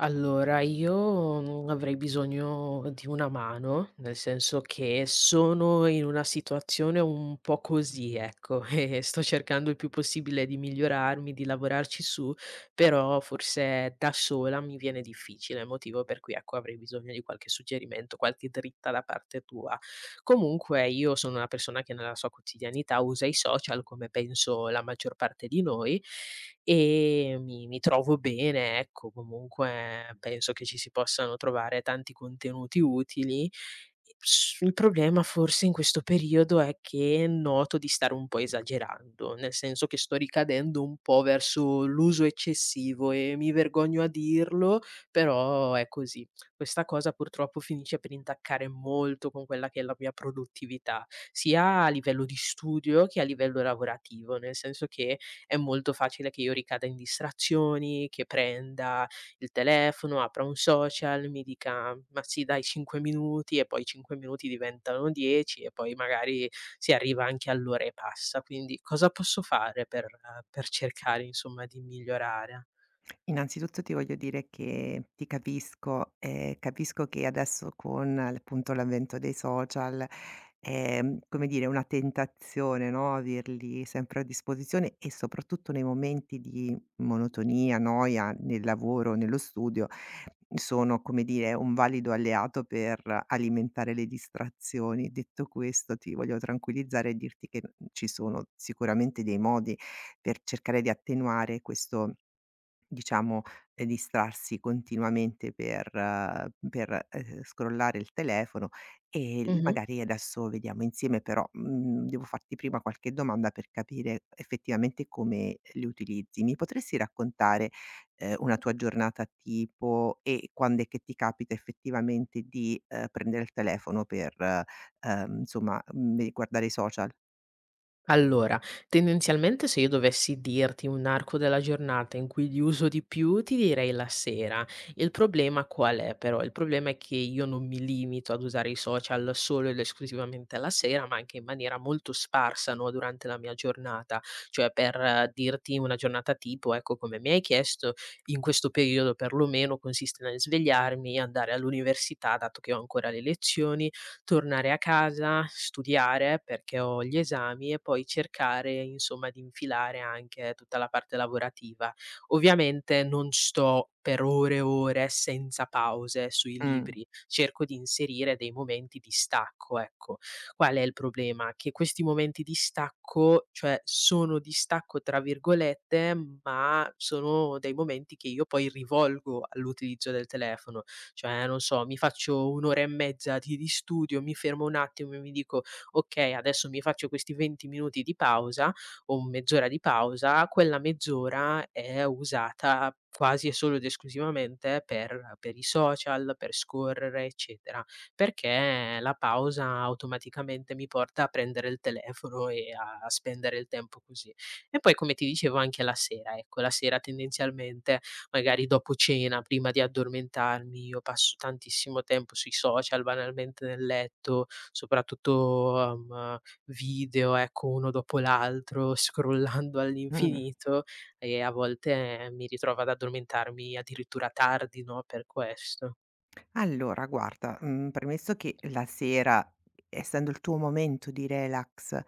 Allora, io, avrei bisogno di una mano, nel senso che sono in una situazione un po' così, ecco, e sto cercando il più possibile di migliorarmi, di lavorarci su, però forse da sola mi viene difficile, motivo per cui, ecco, avrei bisogno di qualche suggerimento, qualche dritta da parte tua. Comunque io sono una persona che nella sua quotidianità usa i social, come penso la maggior parte di noi, e mi trovo bene, ecco. Comunque penso che ci si possano trovare tanti contenuti utili. S Il problema forse in questo periodo è che noto di stare un po' esagerando, nel senso che sto ricadendo un po' verso l'uso eccessivo e mi vergogno a dirlo, però è così. Questa cosa purtroppo finisce per intaccare molto con quella che è la mia produttività, sia a livello di studio che a livello lavorativo, nel senso che è molto facile che io ricada in distrazioni, che prenda il telefono, apra un social, mi dica: "Ma sì dai 5 minuti" e poi 5 minuti diventano 10 e poi magari si arriva anche all'ora e passa. Quindi cosa posso fare per cercare insomma di migliorare? Innanzitutto ti voglio dire che ti capisco, capisco che adesso con appunto l'avvento dei social è, come dire, una tentazione, no, averli sempre a disposizione e soprattutto nei momenti di monotonia, noia nel lavoro, nello studio, sono, come dire, un valido alleato per alimentare le distrazioni. Detto questo ti voglio tranquillizzare e dirti che, ci sono sicuramente dei modi per cercare di attenuare questo. Diciamo, distrarsi continuamente per scrollare il telefono e l Mh-mh. magari adesso vediamo insieme, però, devo farti prima qualche domanda per capire effettivamente come li utilizzi. Mi potresti raccontare, una tua giornata tipo e quando è che ti capita effettivamente di, prendere il telefono per, insomma, guardare i social? Allora, tendenzialmente se io dovessi dirti un arco della giornata in cui li uso di più, ti direi la sera. Il problema qual è però? Il problema è che io non mi limito ad usare i social solo ed esclusivamente la sera, ma anche in maniera molto sparsa, no, durante la mia giornata. Cioè, per dirti una giornata tipo, ecco, come mi hai chiesto, in questo periodo perlomeno consiste nel svegliarmi, andare all'università, dato che ho ancora le lezioni, tornare a casa, studiare perché ho gli esami e poi cercare insomma di infilare anche tutta la parte lavorativa. Ovviamente non sto per ore e ore senza pause sui Mh, libri, cerco di inserire dei momenti di stacco, ecco. Qual è il problema? Che questi momenti di stacco, cioè sono "di stacco" tra virgolette, ma sono dei momenti che io poi rivolgo all'utilizzo del telefono. Cioè, non so, mi faccio 1 ora e mezza di studio, mi fermo un attimo e mi dico: "Okay, adesso mi faccio questi 20 minuti di pausa o mezz'ora di pausa", quella mezz'ora è usata quasi e solo ed esclusivamente per i social, per scorrere, eccetera, perché la pausa automaticamente mi porta a prendere il telefono e a spendere il tempo così. E poi come ti dicevo anche la sera, ecco, la sera tendenzialmente magari dopo cena, prima di addormentarmi, io passo tantissimo tempo sui social, banalmente nel letto, soprattutto, video, ecco, uno dopo l'altro, scrollando mh. all'infinito e a volte mi ritrovo ad addormentarmi addirittura tardi, no, per questo. Allora guarda, premesso che la sera, essendo il tuo momento di relax,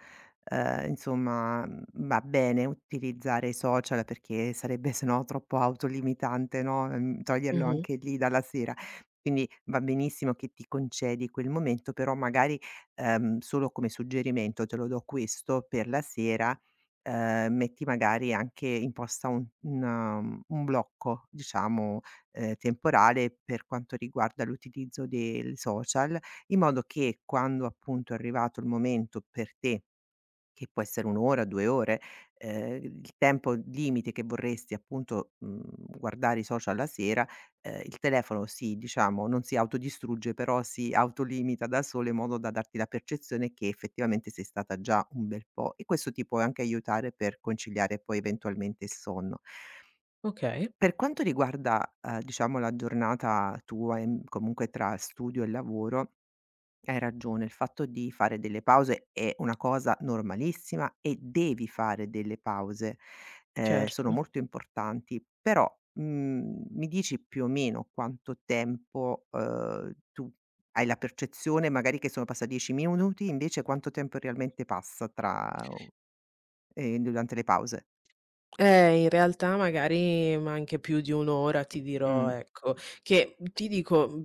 insomma, va bene utilizzare i social perché sarebbe sennò troppo autolimitante, no, toglierlo Mh-mh. anche lì dalla sera. Quindi va benissimo che ti concedi quel momento, però magari, solo come suggerimento te lo do questo. Per la sera, metti magari, anche imposta un un blocco, diciamo, temporale per quanto riguarda l'utilizzo del social, in modo che quando appunto è arrivato il momento per te, che può essere 1 ora, 2 ore, il tempo limite che vorresti appunto, guardare i social la sera, il telefono diciamo non si autodistrugge, però si autolimita da solo in modo da darti la percezione che effettivamente sei stata già un bel po', e questo ti può anche aiutare per conciliare poi eventualmente il sonno. Okay, Per quanto riguarda, diciamo, la giornata tua, comunque tra studio e lavoro, hai ragione, il fatto di fare delle pause è una cosa normalissima e devi fare delle pause, sono certo. molto importanti. Però, mi dici più o meno quanto tempo, tu hai la percezione magari che sono passati 10 minuti, invece quanto tempo realmente passa tra o, durante le pause? In realtà magari ma anche più di 1 ora ti dirò, Mh, ecco, che ti dico,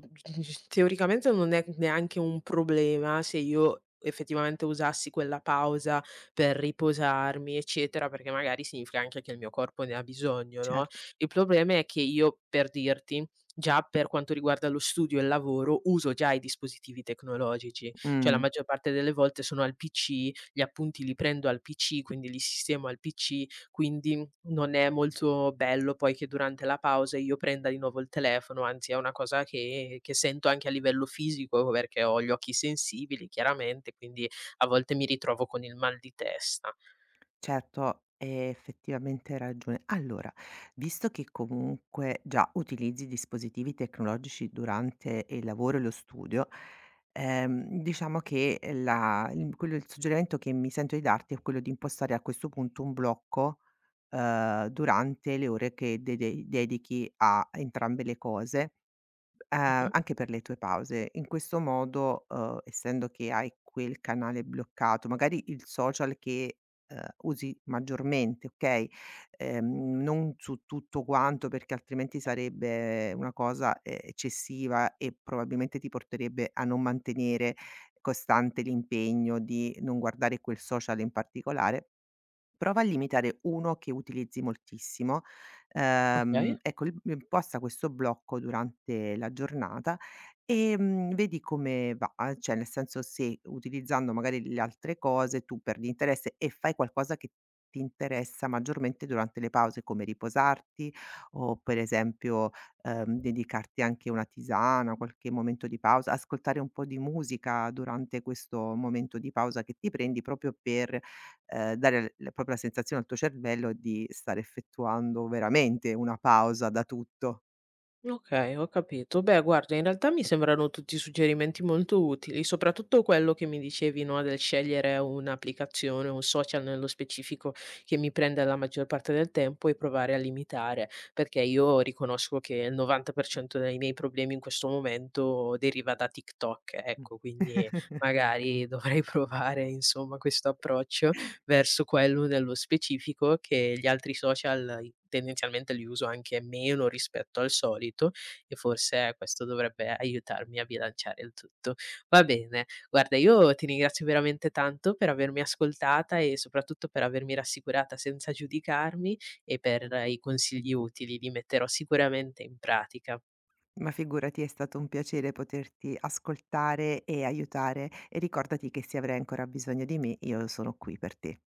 teoricamente non è neanche un problema se io effettivamente usassi quella pausa per riposarmi, eccetera, perché magari significa anche che il mio corpo ne ha bisogno, no, certo. il problema è che io, per dirti, già per quanto riguarda lo studio e il lavoro, uso già i dispositivi tecnologici, cioè la Mh. maggior parte delle volte sono al PC, gli appunti li prendo al PC, quindi li sistemo al PC, quindi non è molto bello poi che durante la pausa io prenda di nuovo il telefono, anzi è una cosa che sento anche a livello fisico perché ho gli occhi sensibili chiaramente, quindi a volte mi ritrovo con il mal di testa. Certo, hai effettivamente ragione. Allora, visto che comunque già utilizzi dispositivi tecnologici durante il lavoro e lo studio, diciamo che la il quello il suggerimento che mi sento di darti è quello di impostare a questo punto un blocco, durante le ore che dede dedichi a entrambe le cose, Mh-mh, anche per le tue pause. In questo modo, essendo che hai quel canale bloccato, magari il social che, usi maggiormente, okay, non su tutto quanto, perché altrimenti sarebbe una cosa, eccessiva e probabilmente ti porterebbe a non mantenere costante l'impegno di non guardare quel social in particolare. Prova a limitare uno che utilizzi moltissimo. Okay. Ecco, il imposta questo blocco durante la giornata e, vedi come va, cioè, nel senso, se utilizzando magari le altre cose tu perdi interesse e fai qualcosa che ti interessa maggiormente durante le pause, come riposarti o, per esempio, dedicarti anche una tisana, qualche momento di pausa, ascoltare un po' di musica durante questo momento di pausa che ti prendi proprio per dare l proprio la sensazione al tuo cervello di stare effettuando veramente una pausa da tutto. Okay, ho capito. Beh, guarda, in realtà mi sembrano tutti suggerimenti molto utili, soprattutto quello che mi dicevi, no, del scegliere un'applicazione, un social nello specifico che mi prenda la maggior parte del tempo e provare a limitare, perché io riconosco che il 90% dei miei problemi in questo momento deriva da TikTok, Mh. ecco, quindi magari dovrei provare, insomma, questo approccio verso quello nello specifico che gli altri social i tendenzialmente li uso anche meno rispetto al solito e forse questo dovrebbe aiutarmi a bilanciare il tutto. Va bene, guarda io ti ringrazio veramente tanto per avermi ascoltata e soprattutto per avermi rassicurata senza giudicarmi e per i consigli utili, li metterò sicuramente in pratica. Ma figurati, è stato un piacere poterti ascoltare e aiutare, e ricordati che se avrai ancora bisogno di me, io sono qui per te.